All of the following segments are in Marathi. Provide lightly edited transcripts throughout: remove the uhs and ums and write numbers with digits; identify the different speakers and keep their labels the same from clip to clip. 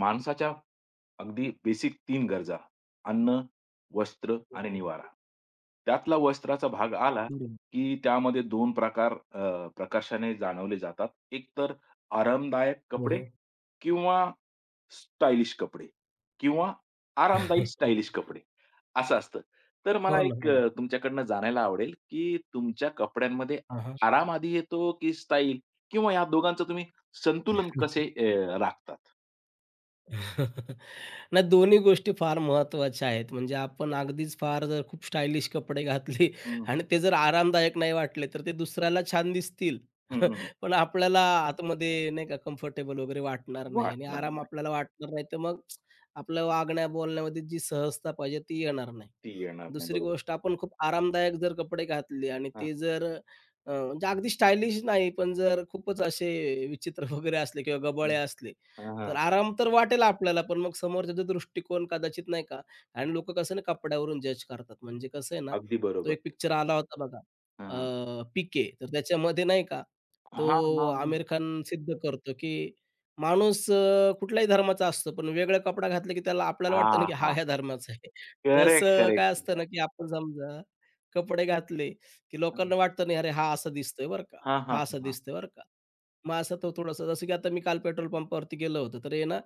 Speaker 1: माणसाच्या अगदी बेसिक तीन गरजा अन्न, वस्त्र
Speaker 2: हो,
Speaker 1: आणि
Speaker 2: हो.
Speaker 1: निवारा. त्यातला वस्त्राचा भाग आला,
Speaker 2: बरोबर.
Speaker 1: की त्यामध्ये दोन प्रकार प्रकर्षाने जाणवले जातात. एक तर आरामदायक
Speaker 2: हो,
Speaker 1: कपडे
Speaker 2: हो.
Speaker 1: किंवा स्टायलिश कपडे किंवा आरामदायी स्टायलिश कपडे असं असतं. तर
Speaker 2: हो
Speaker 1: मला
Speaker 2: ना,
Speaker 1: एक
Speaker 2: हो ना.
Speaker 1: तुमच्याकडनं जाणायला आवडेल, की तुमच्या कपड्यांमध्ये
Speaker 2: हां, हां.
Speaker 1: आराम आधी येतो, की स्टाईल किंवा या दोघांचं तुम्ही संतुलन कसे राखतात?
Speaker 2: नाही, दोन्ही गोष्टी फार महत्त्वाच्या आहेत. म्हणजे आपण अगदीच फार जर खूप स्टायलिश कपडे घातले आणि ते जर आरामदायक नाही वाटले, तर ते दुसऱ्याला छान दिसतील.
Speaker 1: हं, हं, हं.
Speaker 2: पण आपल्याला आतमध्ये नाही का कम्फर्टेबल वगैरे वाटणार
Speaker 1: वाह!
Speaker 2: नाही आणि
Speaker 1: वाटणार
Speaker 2: आराम
Speaker 1: नाही.
Speaker 2: आपल्याला वाटणार नाही, तर मग आपल्या वागण्या-बोलण्यामध्ये जी सहजता पाहिजे ती येणार नाही.
Speaker 1: ती येणार नाही.
Speaker 2: दुसरी
Speaker 1: बरोबर.
Speaker 2: गोष्ट, आपण खूप आरामदायक जर कपडे घातले आणि
Speaker 1: हां.
Speaker 2: ते जर म्हणजे अगदी स्टायलिश नाही, पण जर खूपच असे विचित्र वगैरे असले किंवा
Speaker 1: हं.
Speaker 2: गबाळे असले,
Speaker 1: हां,
Speaker 2: तर
Speaker 1: हां.
Speaker 2: आराम तर वाटेल आपल्याला, पण मग समोरच्याचा दृष्टिकोन कदाचित नाही का. आणि लोकं कसं ना कपड्यावरून जज करतात. म्हणजे कसं आहे ना,
Speaker 1: अगदी
Speaker 2: तो
Speaker 1: बरोबर.
Speaker 2: एक पिक्चर आला होता बघा,
Speaker 1: हां, हां.
Speaker 2: पी, तर त्याच्यामध्ये नाही का, तो
Speaker 1: हां, हां.
Speaker 2: आमिर खान सिद्ध करतो, की माणूस कुठल्याही धर्माचा असतो, पण वेगळा कपडा घातला, की त्याला आपल्याला वाटतं ना,
Speaker 1: हां,
Speaker 2: की हा ह्या
Speaker 1: हां.
Speaker 2: धर्माचा आहे.
Speaker 1: करेक्ट,
Speaker 2: तसं काय असतं ना,
Speaker 1: करेक्ट.
Speaker 2: की आपण समजा कपडे घातले, की
Speaker 1: हं.
Speaker 2: लोकांना वाटतं नाही, "अरे, हा असा दिसतोय बरं का,
Speaker 1: हां,
Speaker 2: हा
Speaker 1: हां,
Speaker 2: असा
Speaker 1: हां.
Speaker 2: दिसतोय बरं का." मग असं तो थोडंसं, जसं की आता मी काल पेट्रोल पंपावरती गेलो होतो, तर आहे ना,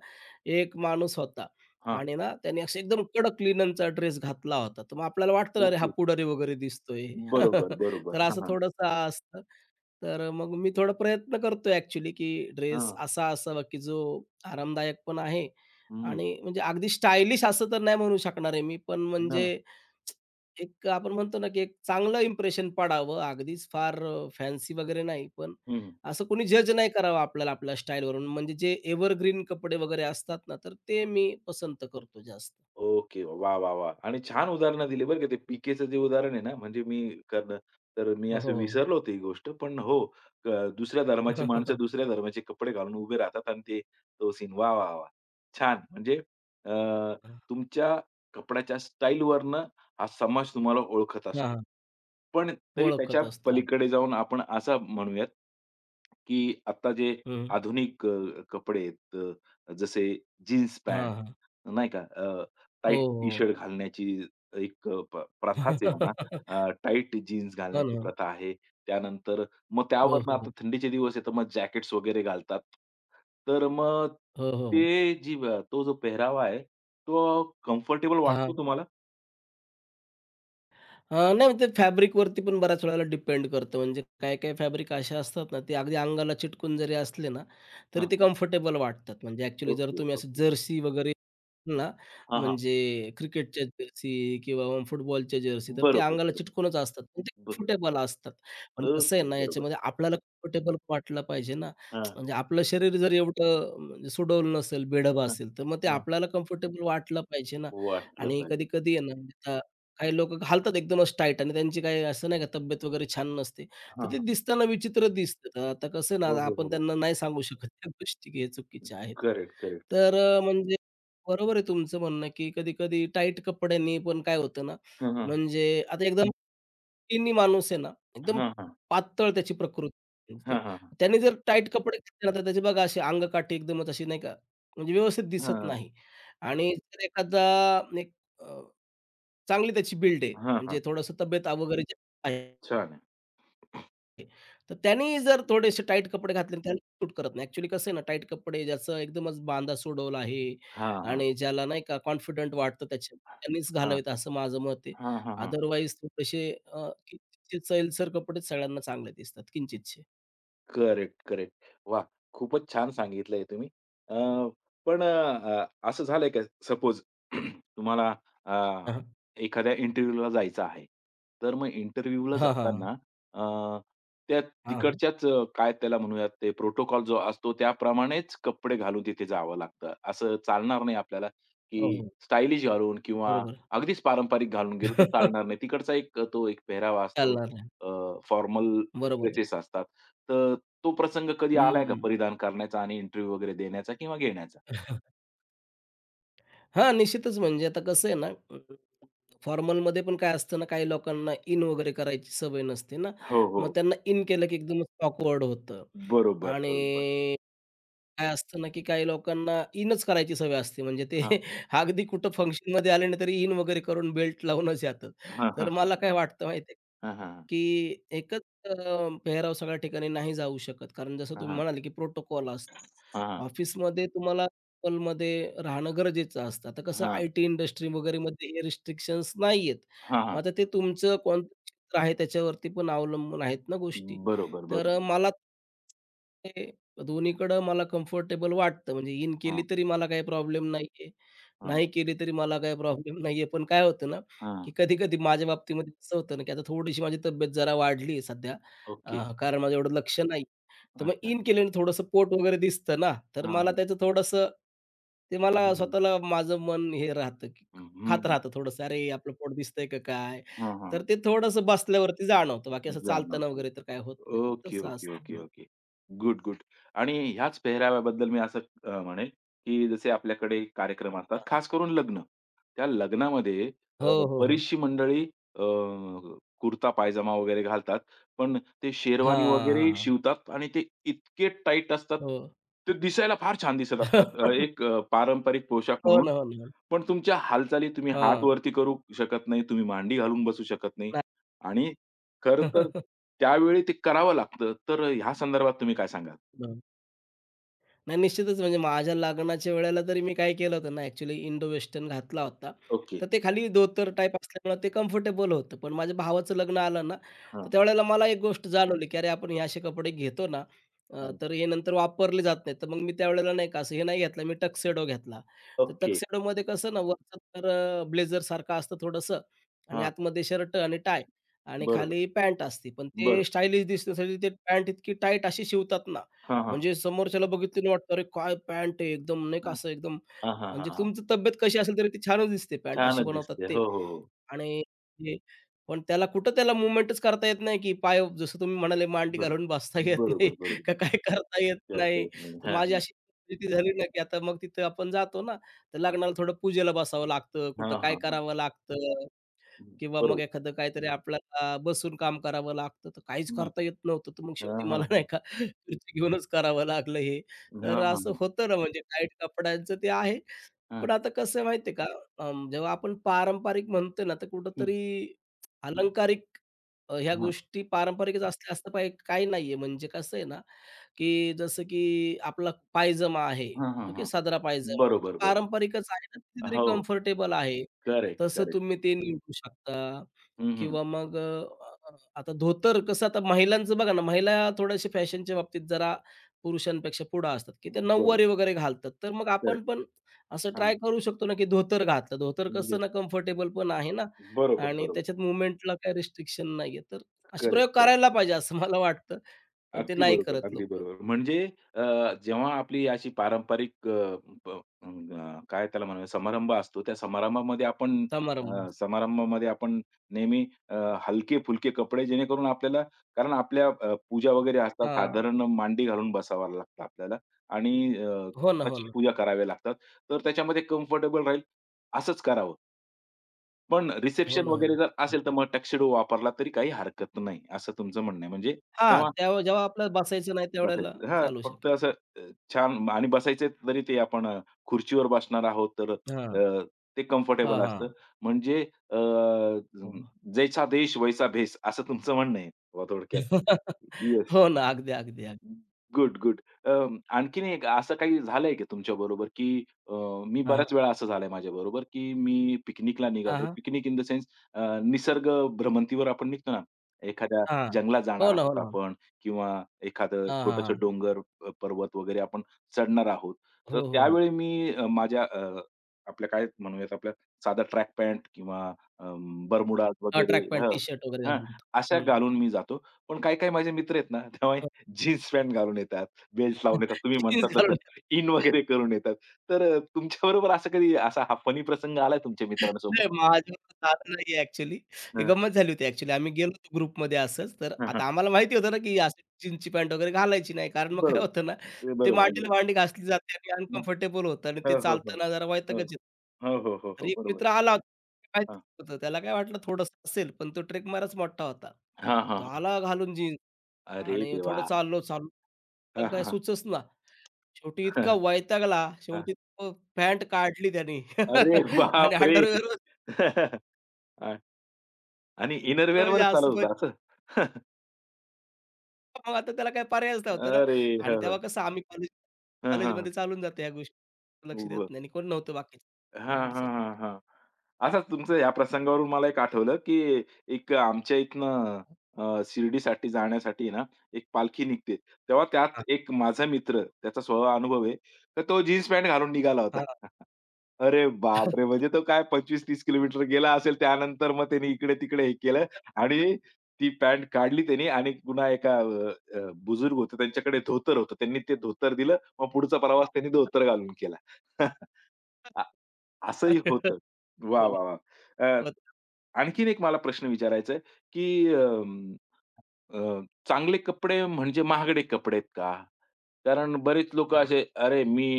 Speaker 2: एक माणूस होता
Speaker 1: हां.
Speaker 2: आणि ना त्याने असं एकदम कडक लिननचा ड्रेस घातला होता. तर मग आपल्याला वाटतं, "अरे, हा
Speaker 1: ओके.
Speaker 2: पुढारी वगैरे दिसतोय."
Speaker 1: बरोबर,
Speaker 2: तर
Speaker 1: बरोबर. हां,
Speaker 2: असं
Speaker 1: हां.
Speaker 2: थोडंसं असतं. तर मग मी थोडा प्रयत्न करतो ॲक्चुअली, की ड्रेस
Speaker 1: हां.
Speaker 2: असा असावा, की जो आरामदायक पण आहे
Speaker 1: हं.
Speaker 2: आणि म्हणजे अगदी स्टायलिश असं तर नाही म्हणू शकणार आहे मी, पण म्हणजे
Speaker 1: हां.
Speaker 2: एक आपण म्हणतो ना, की एक चांगलं इम्प्रेशन पडावं. अगदीच फार फॅन्सी वगैरे नाही, पण
Speaker 1: हं.
Speaker 2: असं कोणी जज नाही करावं आपल्याला आपल्या स्टाईलवरून. म्हणजे जे एव्हरग्रीन कपडे वगैरे असतात ना, तर ते मी पसंत करतो जास्त.
Speaker 1: ओके. वाह, वाह, वाह! आणि छान उदाहरणं दिली बरं का ते पी जे उदाहरण आहे ना, म्हणजे मी करणं तर मी असं
Speaker 2: हो,
Speaker 1: विसरलो होतो ही गोष्ट. पण हो, अ, दुसऱ्या धर्माची माणसं
Speaker 2: हो.
Speaker 1: दुसऱ्या धर्माचे कपडे घालून उभे राहतात आणि ते तो सीन वाह, वाह, वाह! छान. म्हणजे अ, तुमच्या कपड्याच्या स्टाईलवरनं हा समाज तुम्हाला ओळखत असतो. पण तरी
Speaker 2: ओळखत
Speaker 1: त्याच्या
Speaker 2: असतो
Speaker 1: पलीकडे
Speaker 2: अगदी.
Speaker 1: जाऊन आपण असं म्हणूयात, की आत्ता जे
Speaker 2: हं.
Speaker 1: आधुनिक कपडे आहेत, जसे जीन्स
Speaker 2: हां,
Speaker 1: पॅन्ट
Speaker 2: हां.
Speaker 1: नाही का
Speaker 2: हो,
Speaker 1: टाईट
Speaker 2: हो.
Speaker 1: टी-शर्ट घालण्याची एक अ, प प्रथाच आहे म्हणा. टाईट जीन्स
Speaker 2: हो
Speaker 1: घालण्याची
Speaker 2: ना.
Speaker 1: प्रथा आहे. त्यानंतर मग
Speaker 2: हो,
Speaker 1: त्यावरनं
Speaker 2: हो,
Speaker 1: आता
Speaker 2: हो.
Speaker 1: थंडीचे दिवस आहे, मग जॅकेट्स वगैरे घालतात. तर मग
Speaker 2: हो, हो, हो.
Speaker 1: ते जी तो जो पेहरावा आहे, तो कम्फर्टेबल
Speaker 2: हां.
Speaker 1: वाटतो तुम्हाला?
Speaker 2: हां, नाही ते फॅब्रिकवरती पण बऱ्याच वेळेला डिपेंड करतं. म्हणजे काही-काही फॅब्रिक असे असतात ना, ते अगदी अंगाला चिटकून जरी असले ना, तरी
Speaker 1: हां,
Speaker 2: ते
Speaker 1: हां.
Speaker 2: कम्फर्टेबल वाटतात. म्हणजे ॲक्चुअली जर
Speaker 1: ओके,
Speaker 2: तुम्ही असं
Speaker 1: ओके.
Speaker 2: जर्सी वगैरे ना,
Speaker 1: हां, हां.
Speaker 2: म्हणजे क्रिकेटच्या जर्सी किंवा मग फुटबॉलच्या जर्सी, तर ते
Speaker 1: बरोबर,
Speaker 2: अंगाला
Speaker 1: बरोबर.
Speaker 2: चिटकूनच असतात. पण ते
Speaker 1: बरं.
Speaker 2: कम्फर्टेबल असतात. पण कसं आहे
Speaker 1: ओके,
Speaker 2: ना,
Speaker 1: बरोबर.
Speaker 2: याच्यामध्ये आपल्याला कम्फर्टेबल वाटलं पाहिजे ना.
Speaker 1: हां,
Speaker 2: म्हणजे आपलं शरीर जर एवढं म्हणजे सुडौल नसेल, बेढप
Speaker 1: हां,
Speaker 2: असेल, तर मग ते
Speaker 1: हां.
Speaker 2: आपल्याला कम्फर्टेबल वाटलं पाहिजे ना.
Speaker 1: वाटलं
Speaker 2: आणि
Speaker 1: पाहिजे.
Speaker 2: कधी-कधी आहे ना, म्हणजे आता काही लोकं घालतात एकदमच टाईट आणि त्यांची काही असं नाही का तब्येत वगैरे छान नसते.
Speaker 1: हां,
Speaker 2: तर ते
Speaker 1: हां.
Speaker 2: दिसताना विचित्र दिसतं. तर आता कसं आहे
Speaker 1: हो,
Speaker 2: ना,
Speaker 1: हो,
Speaker 2: आपण
Speaker 1: हो.
Speaker 2: त्यांना नाही सांगू शकत त्या गोष्टी, की हे चुकीच्या आहेत.
Speaker 1: Correct, correct.
Speaker 2: तर म्हणजे बरोबर आहे तुमचं म्हणणं, की कधी-कधी टाईट कपड्यांनी पण काय होतं ना,
Speaker 1: हां, हां.
Speaker 2: म्हणजे आता एकदम स्किनी माणूस आहे ना, एकदम
Speaker 1: हां, हां.
Speaker 2: पातळ त्याची प्रकृती, तर
Speaker 1: हां, हां.
Speaker 2: त्याने जर टाईट कपडे घातले ना, तर त्याची बघा अशी अंगकाठी एकदमच अशी नाही का, म्हणजे व्यवस्थित
Speaker 1: हां,
Speaker 2: दिसत
Speaker 1: हां.
Speaker 2: नाही. आणि जर एखादा एक अ, चांगली त्याची बिल्ड आहे, म्हणजे थोडंसं तब्येत वगैरे जे आहे,
Speaker 1: छान आहे.
Speaker 2: तर त्यांनी जर थोडेसे टाईट कपडे घातले, त्याला सूट करत नाही. ॲक्चुअली कसं आहे ना, टाईट कपडे ज्याचा एकदमच बांधा सोडवला आहे
Speaker 1: हां, हां.
Speaker 2: आणि ज्याला नाही का कॉन्फिडंट वाटतं, त्याच्या त्यांनीच
Speaker 1: हां.
Speaker 2: घालावेत असं माझं मत आहे.
Speaker 1: हां, हां, हां.
Speaker 2: अदरवाईज थोडेसे किंचितचे सैलसर कपडेच सगळ्यांना चांगले दिसतात, किंचितचे.
Speaker 1: Correct, correct. वा, खूपच छान सांगितलंय तुम्ही. अ, पण असं झालंय का सपोज तुम्हाला अ,
Speaker 2: हां,
Speaker 1: एखाद्या इंटरव्ह्यूला जायचं आहे. तर मग इंटरव्ह्यूला
Speaker 2: हां, हां,
Speaker 1: जाताना अ, त्या
Speaker 2: हां, हां.
Speaker 1: तिकडच्याच काय त्याला म्हणूयात ते प्रोटोकॉल जो असतो त्याप्रमाणेच कपडे घालून तिथे जावं लागतं. असं चालणार नाही आपल्याला,
Speaker 2: हो,
Speaker 1: की
Speaker 2: हो.
Speaker 1: स्टायलिश घालून किंवा
Speaker 2: बरोबर.
Speaker 1: अगदीच पारंपरिक घालून गेलो तर चालणार नाही. तिकडचा एक तो एक पेहरावा असतो.
Speaker 2: चालणार नाही.
Speaker 1: फॉर्मल
Speaker 2: बरोबर आहे.
Speaker 1: ड्रेसेस असतात. तर तो प्रसंग कधी आलाय का
Speaker 2: हं.
Speaker 1: परिधान करण्याचा आणि इंटरव्ह्यू वगैरे देण्याचा किंवा घेण्याचा?
Speaker 2: हां, निश्चितच, म्हणजे आता कसं आहे ना, फॉर्मलमध्ये पण काय असतं ना, काही लोकांना इन वगैरे करायची सवय नसते ना,
Speaker 1: हो,
Speaker 2: मग
Speaker 1: हो.
Speaker 2: त्यांना इन केलं की एकदमच ऑकवर्ड होतं.
Speaker 1: बरोबर, बरोबर.
Speaker 2: आणि काय असतं ना, की काही लोकांना इनच करायची सवय असते. म्हणजे ते
Speaker 1: हां.
Speaker 2: अगदी कुठं फंक्शनमध्ये आले ना, तरी इन वगैरे करून बेल्ट लावूनच येतात.
Speaker 1: हां,
Speaker 2: तर
Speaker 1: हां, हां.
Speaker 2: मला काय वाटतं माहिती आहे,
Speaker 1: हां, हां,
Speaker 2: की एकच पेहराव सगळ्या ठिकाणी नाही जाऊ शकत. कारण जसं तुम्ही
Speaker 1: हां.
Speaker 2: म्हणाले, की प्रोटोकॉल असतो.
Speaker 1: हां, हां.
Speaker 2: ऑफिसमध्ये तुम्हाला local मध्ये राहणं गरजेचं असतं. आता कसं,
Speaker 1: हां,
Speaker 2: आय-टी इंडस्ट्री वगैरेमध्ये हे रिस्ट्रिक्शन्स नाहीयेत.
Speaker 1: हां,
Speaker 2: मग
Speaker 1: हां.
Speaker 2: आता ते तुमचं कोणतं क्षेत्र आहे, त्याच्यावरती पण अवलंबून आहेत ना गोष्टी.
Speaker 1: बरोबर, बरोबर.
Speaker 2: तर मला ते दोन्हीकडं मला कम्फर्टेबल वाटतं. म्हणजे इन
Speaker 1: हां,
Speaker 2: केली तरी मला काही प्रॉब्लेम नाहीये,
Speaker 1: हां,
Speaker 2: नाही केली तरी मला काही प्रॉब्लेम नाहीये. पण काय होतं ना,
Speaker 1: हां.
Speaker 2: की कधी-कधी माझ्या बाबतीमध्ये असं होतं ना, की आता थोडीशी माझी तब्येत जरा वाढली सध्या.
Speaker 1: ओके.
Speaker 2: कारण माझं एवढं लक्ष नाही. तर मग
Speaker 1: अच्छा.
Speaker 2: इन केल्याने थोडंसं पोट वगैरे दिसतं ना, तर मला
Speaker 1: हां.
Speaker 2: त्याचं थोडंसं ते,
Speaker 1: हं,
Speaker 2: मला
Speaker 1: हं.
Speaker 2: स्वतःला माझं मन हे राहतं, की
Speaker 1: हं, हं.
Speaker 2: खात राहतं थोडंसं, "अरे, आपलं पोट दिसतंय का काय?"
Speaker 1: हां, हां.
Speaker 2: तर ते थोडंसं बसल्यावरती जाणवतं. बाकी असं चालताना
Speaker 1: जाणवतं.
Speaker 2: वगैरे तर काय होत नाही.
Speaker 1: ओके,
Speaker 2: तसं
Speaker 1: ओके,
Speaker 2: असतं.
Speaker 1: ओके,
Speaker 2: हं.
Speaker 1: ओके. Good, good. आणि ह्याच पेहराव्याबद्दल मी असं म्हणेल, की जसे आपल्याकडे कार्यक्रम असतात, खास करून लग्न. त्या लग्नामध्ये अ,
Speaker 2: हो, हो, हो.
Speaker 1: बरीचशी मंडळी अ, कुर्ता पायजामा वगैरे घालतात. पण ते शेरवानी
Speaker 2: हां, हां,
Speaker 1: वगैरे
Speaker 2: हां.
Speaker 1: शिवतात आणि ते इतके टाईट असतात,
Speaker 2: हो.
Speaker 1: ते दिसायला फार छान दिसत असतात. एक पारंपरिक पोशाख
Speaker 2: हो
Speaker 1: म्हणून
Speaker 2: ना, हो ना.
Speaker 1: पण तुमच्या हालचाली तुम्ही हात
Speaker 2: हां.
Speaker 1: वरती करू शकत नाही, तुम्ही मांडी घालून बसू शकत नाही
Speaker 2: नाही.
Speaker 1: आणि खरं तर त्यावेळी ते करावं लागतं. तर ह्या संदर्भात तुम्ही काय सांगाल?
Speaker 2: नाही, निश्चितच म्हणजे माझ्या लग्नाच्या वेळेला तरी मी काय केलं होतं ना, ॲक्च्युली इंडो वेस्टर्न घातला होता.
Speaker 1: ओके.
Speaker 2: तर ते खाली धोतर टाइप असल्यामुळे ते कम्फर्टेबल होतं. पण माझ्या भावाचं लग्न आलं ना, तर
Speaker 1: हां,
Speaker 2: त्यावेळेला मला एक गोष्ट जाणवली, की अरे, आपण हे असे कपडे घेतो ना,
Speaker 1: हां.
Speaker 2: तर हे नंतर वापरले जात नाहीत. तर मग मी त्यावेळेला नाही का असं हे नाही घेतलं, मी टक्सेडो घेतला. तर
Speaker 1: ओके.
Speaker 2: टक्सेडोमध्ये कसं ना, वरचं तर ब्लेझरसारखं असतं थोडंसं आणि
Speaker 1: हां.
Speaker 2: आतमध्ये शर्ट आणि टाय आणि
Speaker 1: बरोबर.
Speaker 2: खाली पॅन्ट असते. पण
Speaker 1: बरं.
Speaker 2: ते स्टायलिश दिसण्यासाठी ते पॅन्ट इतकी टाईट अशी शिवतात ना,
Speaker 1: हां, हां.
Speaker 2: म्हणजे समोरच्याला बघितलं वाटतं, "अरे काय पॅन्ट आहे!" एकदम नाही का
Speaker 1: हां.
Speaker 2: असं एकदम,
Speaker 1: हां, हां, हां,
Speaker 2: म्हणजे
Speaker 1: हां.
Speaker 2: तुमची तब्येत कशी असेल तरी ती छानच दिसते, पॅन्ट अशी
Speaker 1: छानच
Speaker 2: बनवतात
Speaker 1: दिसते.
Speaker 2: ते.
Speaker 1: हो, हो, हो.
Speaker 2: आणि ते, पण त्याला कुठं, त्याला मूव्हमेंटच करता येत नाही, की पाय जसं तुम्ही म्हणाले मांडी
Speaker 1: बरोबर.
Speaker 2: घालून बसता येत नाही
Speaker 1: बरोबर, बरोबर.
Speaker 2: का काय, करता येत
Speaker 1: करता
Speaker 2: नाही.
Speaker 1: येत नाही.
Speaker 2: तर
Speaker 1: हां,
Speaker 2: माझी
Speaker 1: हां.
Speaker 2: अशी परिस्थिती झाली ना, की आता मग तिथं आपण जातो ना, तर लग्नाला थोडं पूजेला बसावं लागतं,
Speaker 1: हां,
Speaker 2: कुठं काय
Speaker 1: हां, हां.
Speaker 2: करावं लागतं. किंवा मग
Speaker 1: बरोबर.
Speaker 2: एखादं काहीतरी, हं. आपल्याला बसून काम करावं लागतं, तर काहीच
Speaker 1: हं.
Speaker 2: करता येत नव्हतं. तर मग
Speaker 1: हां,
Speaker 2: शेवटी
Speaker 1: हां,
Speaker 2: मला नाही
Speaker 1: हां.
Speaker 2: का खुर्ची घेऊनच करावं लागलं हे.
Speaker 1: हां,
Speaker 2: तर
Speaker 1: हां, हां.
Speaker 2: असं होतं ना, म्हणजे टाईट कपड्यांचं ते आहे.
Speaker 1: हां.
Speaker 2: पण आता कसं आहे माहिती आहे का, अं, जेव्हा आपण पारंपरिक म्हणतो ना, तर
Speaker 1: हं.
Speaker 2: कुठेतरी अलंकारिक ह्या
Speaker 1: हां.
Speaker 2: गोष्टी पारंपरिकच असल्या असतं पाहिजे काही नाहीये. म्हणजे कसं आहे ना, की जसं की आपला पायजमा आहे.
Speaker 1: हां, हां,
Speaker 2: ओके,
Speaker 1: हां.
Speaker 2: साधारा पायजमा. तो
Speaker 1: बरोबर, बरोबर.
Speaker 2: पारंपरिकच आहे ना, कितीतरी
Speaker 1: हो, हो.
Speaker 2: कम्फर्टेबल आहे.
Speaker 1: करेक्ट,
Speaker 2: तसं
Speaker 1: करेक्ट.
Speaker 2: तुम्ही ते निवडू शकता,
Speaker 1: हं, हं.
Speaker 2: किंवा मग आता धोतर, कसं आता महिलांचं बघा ना, महिला थोड्याशा फॅशनच्या बाबतीत जरा पुरुषांपेक्षा पुढं असतात, की ते
Speaker 1: बरोबर.
Speaker 2: नऊवारी वगैरे घालतात. तर मग आपण
Speaker 1: करेक्ट.
Speaker 2: पण असं
Speaker 1: हां.
Speaker 2: ट्राय करू शकतो ना, की धोतर घातलं. धोतर कसं
Speaker 1: येस.
Speaker 2: ना, कम्फर्टेबल पण आहे ना,
Speaker 1: बरोबर,
Speaker 2: आणि
Speaker 1: बरोबर.
Speaker 2: त्याच्यात मूव्हमेंटला काही रिस्ट्रिक्शन नाहीये. तर असे
Speaker 1: करेक्ट,
Speaker 2: प्रयोग
Speaker 1: करेक्ट.
Speaker 2: करायला पाहिजे असं मला वाटतं, पण ते
Speaker 1: अगदी
Speaker 2: नाही
Speaker 1: बरोबर,
Speaker 2: करत
Speaker 1: अगदी
Speaker 2: लोकं.
Speaker 1: बरोबर. म्हणजे जेव्हा आपली अशी पारंपरिक काय त्याला म्हणूया समारंभ असतो, त्या समारंभामध्ये आपण
Speaker 2: समारंभ.
Speaker 1: अ, समारंभामध्ये आपण नेहमी हलके-फुलके कपडे जेणेकरून आपल्याला कारण आपल्या पूजा वगैरे असतात.
Speaker 2: हां.
Speaker 1: साधारण मांडी घालून बसावं लागतं आपल्याला आणि
Speaker 2: हो ना, हो
Speaker 1: तशी
Speaker 2: ना.
Speaker 1: पूजा कराव्या लागतात. तर त्याच्यामध्ये कम्फर्टेबल राहील असंच करावं. पण
Speaker 2: हो
Speaker 1: रिसेप्शन
Speaker 2: ना, हो
Speaker 1: वगैरे
Speaker 2: ना.
Speaker 1: जर असेल, तर
Speaker 2: अगदी.
Speaker 1: मग टक्सडो वापरला तरी काही हरकत नाही, असं तुमचं म्हणणं आहे. म्हणजे
Speaker 2: हां,
Speaker 1: तेव्हा
Speaker 2: त्यावेळी जेव्हा आपल्याला बसायचं नाही त्यावेळेला
Speaker 1: बसायचं हां,
Speaker 2: चालू
Speaker 1: फक्त
Speaker 2: शकेल.
Speaker 1: असं अ, छान आणि बसायचं तरी ते आपण खुर्चीवर बसणार आहोत, तर
Speaker 2: हां.
Speaker 1: ते
Speaker 2: हां,
Speaker 1: कम्फर्टेबल असतं.
Speaker 2: हां.
Speaker 1: म्हणजे अ,
Speaker 2: हो.
Speaker 1: जैसा देश वैसा भेस असं तुमचं म्हणणं आहे बुवा थोडक्यात. येस.
Speaker 2: हो ना. अगदी, अगदी, अगदी.
Speaker 1: Good, good. अ, आणखीन एक असं काही झालंय की तुमच्याबरोबर, की मी
Speaker 2: हां, हां.
Speaker 1: बऱ्याच वेळा असं झालंय माझ्याबरोबर, की मी पिकनिकला
Speaker 2: हां,
Speaker 1: निघालो.
Speaker 2: हां.
Speaker 1: पिकनिक इन द सेन्स निसर्ग भ्रमंतीवर आपण निघतो ना, एखाद्या
Speaker 2: हां.
Speaker 1: जंगलात जाणार
Speaker 2: हो ना, हो
Speaker 1: आहोत
Speaker 2: ना.
Speaker 1: आपण किंवा एखादं
Speaker 2: हां, हां,
Speaker 1: छोटंसं
Speaker 2: हां.
Speaker 1: डोंगर, पर्वत वगैरे आपण चढणार आहोत.
Speaker 2: हो,
Speaker 1: तर
Speaker 2: हो, हो.
Speaker 1: त्यावेळी मी आपल्या काय म्हणूयात आपल्या साधा ट्रॅक पॅन्ट किंवा अ, वगैरे
Speaker 2: ट्रॅक पॅन्ट,
Speaker 1: हं,
Speaker 2: टी शर्ट वगैरे
Speaker 1: हां,
Speaker 2: घालून.
Speaker 1: अशा
Speaker 2: हं.
Speaker 1: घालून मी जातो. पण काही-काही माझे मित्र आहेत ना, तेव्हा जीन्स पॅन्ट घालून येतात, बेल्ट लावून येतात. तुम्ही
Speaker 2: जीन्स
Speaker 1: म्हणता तसं
Speaker 2: घालून,
Speaker 1: इन वगैरे करून येतात. तर तुमच्याबरोबर असं कधी असा हा फनी प्रसंग आलाय तुमच्या मित्रांसोबत?
Speaker 2: नाही माझ्याकडे झालं नाही ॲक्चुअली. ही
Speaker 1: हं.
Speaker 2: गंमत झाली होती ॲक्चुअली. आम्ही गेलो होतो ग्रुपमध्ये असंच. तर
Speaker 1: हं, हं.
Speaker 2: आता आम्हाला माहिती होतं ना, की अशी जीन्सची पॅन्ट वगैरे घालायची नाही. कारण मग काय
Speaker 1: बरोबर.
Speaker 2: होतं ना,
Speaker 1: ते
Speaker 2: ते
Speaker 1: बरोबर,
Speaker 2: मांडीला
Speaker 1: बरोबर.
Speaker 2: मांडी घासली जाते आणि
Speaker 1: हं.
Speaker 2: अनकम्फर्टेबल होतं आणि ते
Speaker 1: हो, हो, हो.
Speaker 2: चालताना जरा
Speaker 1: हो.
Speaker 2: वैतागच येतो.
Speaker 1: हो, हो, हो,
Speaker 2: तर
Speaker 1: हो.
Speaker 2: एक
Speaker 1: बरोबर.
Speaker 2: मित्र आला होता. माहिती
Speaker 1: हां.
Speaker 2: होतं. त्याला काय वाटलं थोडंसं असेल, पण तो ट्रेक मारच मोठा होता.
Speaker 1: हां, हां,
Speaker 2: तो
Speaker 1: हां.
Speaker 2: आला घालून जीन्स
Speaker 1: अरे
Speaker 2: आणि थोडं
Speaker 1: देवा!
Speaker 2: चाललो, चाललो. तर
Speaker 1: हां,
Speaker 2: काय
Speaker 1: हां.
Speaker 2: सुचच ना. शेवटी
Speaker 1: हं,
Speaker 2: इतका वैतागला.
Speaker 1: हां.
Speaker 2: शेवटी पॅन्ट काढली त्याने
Speaker 1: अरे
Speaker 2: आणि
Speaker 1: बापरे!
Speaker 2: अंडरवेअरच,
Speaker 1: अ, आणि
Speaker 2: तर म्हणजे
Speaker 1: इनरवेअरवरच
Speaker 2: असं
Speaker 1: चालवलं
Speaker 2: पण,
Speaker 1: होतं असं?
Speaker 2: मग आता त्याला काही पर्यायच नव्हता ना.
Speaker 1: अरे!
Speaker 2: आणि
Speaker 1: हं, हं.
Speaker 2: तेव्हा कसं, आम्ही
Speaker 1: हं,
Speaker 2: कॉलेजमध्ये चालून जातो, या गोष्टी लक्ष
Speaker 1: हं.
Speaker 2: देत नाही आणि कोण नव्हतं बाकीचं, काही
Speaker 1: हां, हां,
Speaker 2: अडचण नाही.
Speaker 1: हां, हां. असंच तुमचं या प्रसंगावरून मला एक आठवलं, की एक आमच्या इथनं शिर्डीसाठी जाण्यासाठी ना, एक पालखी निघते. तेव्हा त्यात
Speaker 2: हां,
Speaker 1: एक माझा मित्र, त्याचा स्वतः अनुभव आहे. तर तो जीन्स पॅन्ट घालून निघाला होता.
Speaker 2: हां.
Speaker 1: अरे बापरे! म्हणजे तो काय 25-30 किलोमीटर गेला असेल. त्यानंतर मग त्याने इकडे-तिकडे हे केलं आणि ती पॅन्ट काढली त्यानी आणि पुन्हा एका अ, अ, बुजुर्ग होते त्यांच्याकडे धोतर होतं. त्यांनी ते धोतर दिलं. मग पुढचा प्रवास त्यांनी धोतर घालून केला. आ असंही होतं.
Speaker 2: हो
Speaker 1: वाह!
Speaker 2: ना.
Speaker 1: वाह! वाह! अ,
Speaker 2: होतं.
Speaker 1: आणखीन एक मला प्रश्न विचारायचा आहे, की अ, चांगले कपडे म्हणजे महागडे कपडे आहेत का? कारण बरेच लोकं
Speaker 2: हं.
Speaker 1: असे, "अरे, मी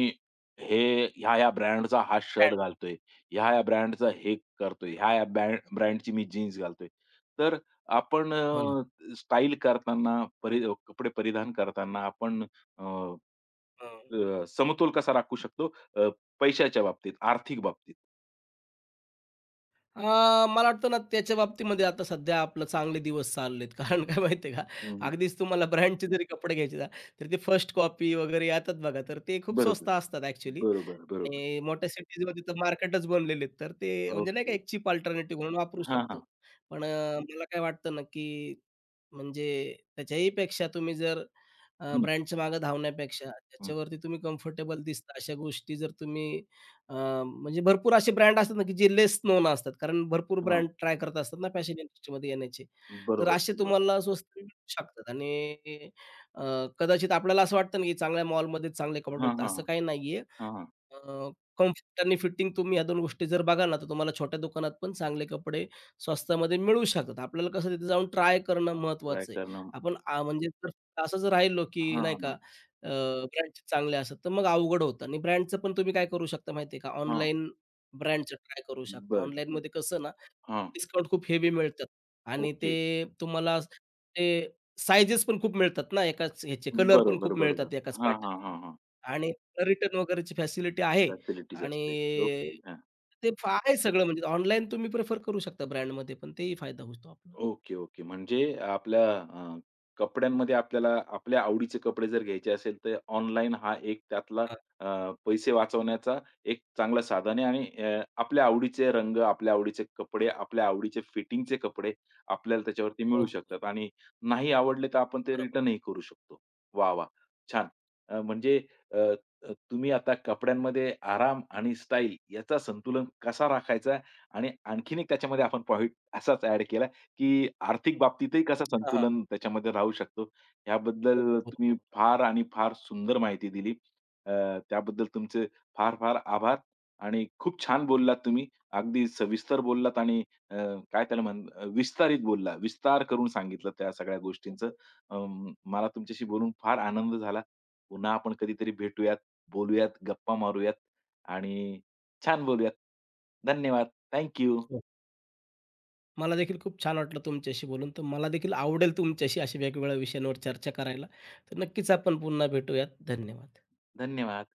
Speaker 1: हे ह्या-ह्या ब्रँडचा हा शर्ट घालतोय, ह्या-ह्या ब्रँडचा हे करतोय, ह्या-ह्या ब्रँडची मी जीन्स घालतोय." तर आपण
Speaker 2: हो ना.
Speaker 1: स्टाईल करताना, परि कपडे परिधान करताना आपण अ,
Speaker 2: हं.
Speaker 1: अ, समतोल कसा राखू शकतो अ, पैशाच्या बाबतीत, आर्थिक बाबतीत?
Speaker 2: अ, मला वाटतं ना त्याच्या बाबतीमध्ये, आता सध्या आपलं चांगले दिवस चाललेत. कारण काय माहिती का,
Speaker 1: हं, हं.
Speaker 2: अगदीच तुम्हाला ब्रँडचे जरी कपडे घ्यायचे ना, तर ते फर्स्ट कॉपी वगैरे येतात बघा, तर ते खूप स्वस्त
Speaker 1: बरोबर.
Speaker 2: असतात ॲक्चुअली.
Speaker 1: बरोबर, बरोबर.
Speaker 2: आणि मोठ्या सिटीजमध्ये तर मार्केटच बनलेले आहेत. तर ते म्हणजे नाही
Speaker 1: ओके.
Speaker 2: का एक चीप अल्टरनेटिव्ह म्हणून वापरू
Speaker 1: हां,
Speaker 2: शकतो.
Speaker 1: हां.
Speaker 2: पण मला काय वाटतं ना, की म्हणजे त्याच्याही पेक्षा तुम्ही जर
Speaker 1: हं,
Speaker 2: ब्रँडच्या मागे धावण्यापेक्षा
Speaker 1: हं.
Speaker 2: त्याच्यावरती तुम्ही कम्फर्टेबल दिसता अशा गोष्टी जर तुम्ही अ, म्हणजे भरपूर असे ब्रँड असतात ना, की जे लेस नोन असतात. कारण भरपूर
Speaker 1: हां.
Speaker 2: ब्रँड ट्राय करत असतात ना फॅशन इंडस्ट्रीमध्ये येण्याचे. तर
Speaker 1: बरोबर,
Speaker 2: असे
Speaker 1: बरोबर.
Speaker 2: तुम्हाला स्वस्त मिळू शकतात. आणि अ, कदाचित आपल्याला असं वाटतं ना, की चांगल्या मॉलमध्ये चांगले कपडे
Speaker 1: हां,
Speaker 2: मिळतात.
Speaker 1: हां.
Speaker 2: असं काही नाहीये.
Speaker 1: हां, हां.
Speaker 2: अ, कम्फर्ट आणि फिटिंग तुम्ही ह्या 2 गोष्टी जर बघाल ना, तर तुम्हाला छोट्या दुकानात पण चांगले कपडे स्वस्तामध्ये मिळू शकतात. आपल्याला कसं, तिथे जाऊन ट्राय करणं
Speaker 1: ट्राय
Speaker 2: महत्त्वाचं आहे.
Speaker 1: करणं.
Speaker 2: आपण म्हणजे जर असं जर राहिलो, की
Speaker 1: हां,
Speaker 2: नाही
Speaker 1: हां.
Speaker 2: का ब्रँडचे चांगले असतात, तर मग अवघड होतं. आणि ब्रँडचं पण तुम्ही काय करू शकता माहिती का,
Speaker 1: हां.
Speaker 2: ऑनलाईन ब्रँडचं ट्राय करू शकता.
Speaker 1: बरं, बरं.
Speaker 2: ऑनलाईनमध्ये कसं ना,
Speaker 1: हां.
Speaker 2: डिस्काउंट खूप हेवी मिळतात आणि ते,
Speaker 1: ओके.
Speaker 2: तुम्हाला ते साइजेस पण खूप मिळतात ना, एकाच ह्याचे कलर पण
Speaker 1: बरोबर,
Speaker 2: खूप
Speaker 1: बरोबर.
Speaker 2: मिळतात एकाच
Speaker 1: हां,
Speaker 2: पॅटर्न,
Speaker 1: हां, हां, हां.
Speaker 2: आणि रिटर्न वगैरेची फॅसिलिटी आहे,
Speaker 1: फॅसिलिटीज
Speaker 2: आणि
Speaker 1: असते. ओके. हां.
Speaker 2: ते फ आहे सगळं, म्हणजे ऑनलाईन तुम्ही प्रिफर करू शकता ब्रँडमध्ये, पण तेही फायदा होतो आपला.
Speaker 1: Okay, okay. म्हणजे आपल्या कपड्यांमध्ये आपल्याला आपल्या आवडीचे कपडे जर घ्यायचे असेल, तर ऑनलाईन हा एक त्यातला
Speaker 2: हां.
Speaker 1: अ, पैसे वाचवण्याचा एक चांगला साधन आहे आणि आपल्या आवडीचे रंग, आपल्या आवडीचे कपडे, आपल्या आवडीचे फिटिंगचे कपडे आपल्याला त्याच्यावरती
Speaker 2: हो,
Speaker 1: मिळू
Speaker 2: हो.
Speaker 1: शकतात आणि नाही आवडले तर आपण ते
Speaker 2: बरोबर.
Speaker 1: रिटर्नही करू शकतो. वाह! वाह! छान. अ, म्हणजे अ, अ, तुम्ही आता कपड्यांमध्ये आराम आणि स्टाईल याचा संतुलन कसा राखायचा आणि आणखीन एक त्याच्यामध्ये आपण पॉइंट असाच ॲड केला की आर्थिक बाबतीतही कसं
Speaker 2: हां, हां.
Speaker 1: संतुलन त्याच्यामध्ये राहू शकतो,
Speaker 2: हो,
Speaker 1: याबद्दल
Speaker 2: हो,
Speaker 1: तुम्ही
Speaker 2: हो,
Speaker 1: फार आणि फार सुंदर माहिती दिली. अ, त्याबद्दल तुमचे फार-फार आभार आणि खूप छान बोललात तुम्ही. अगदी सविस्तर बोललात आणि अ, काय त्याला म्हण अ, विस्तारित बोलला, विस्तार करून सांगितलं त्या सगळ्या गोष्टींचं.
Speaker 2: हो.
Speaker 1: मला तुमच्याशी बोलून फार आनंद झाला. पुन्हा आपण कधीतरी भेटूयात, बोलूयात, गप्पा मारूयात आणि छान बोलूयात. धन्यवाद. थँक
Speaker 2: हो. मला देखील खूप छान वाटलं तुमच्याशी बोलून. तर मला देखील आवडेल तुमच्याशी अशा वेगवेगळ्या विषयांवर चर्चा करायला. तर नक्कीच आपण पुन्हा भेटूयात. धन्यवाद.
Speaker 1: धन्यवाद.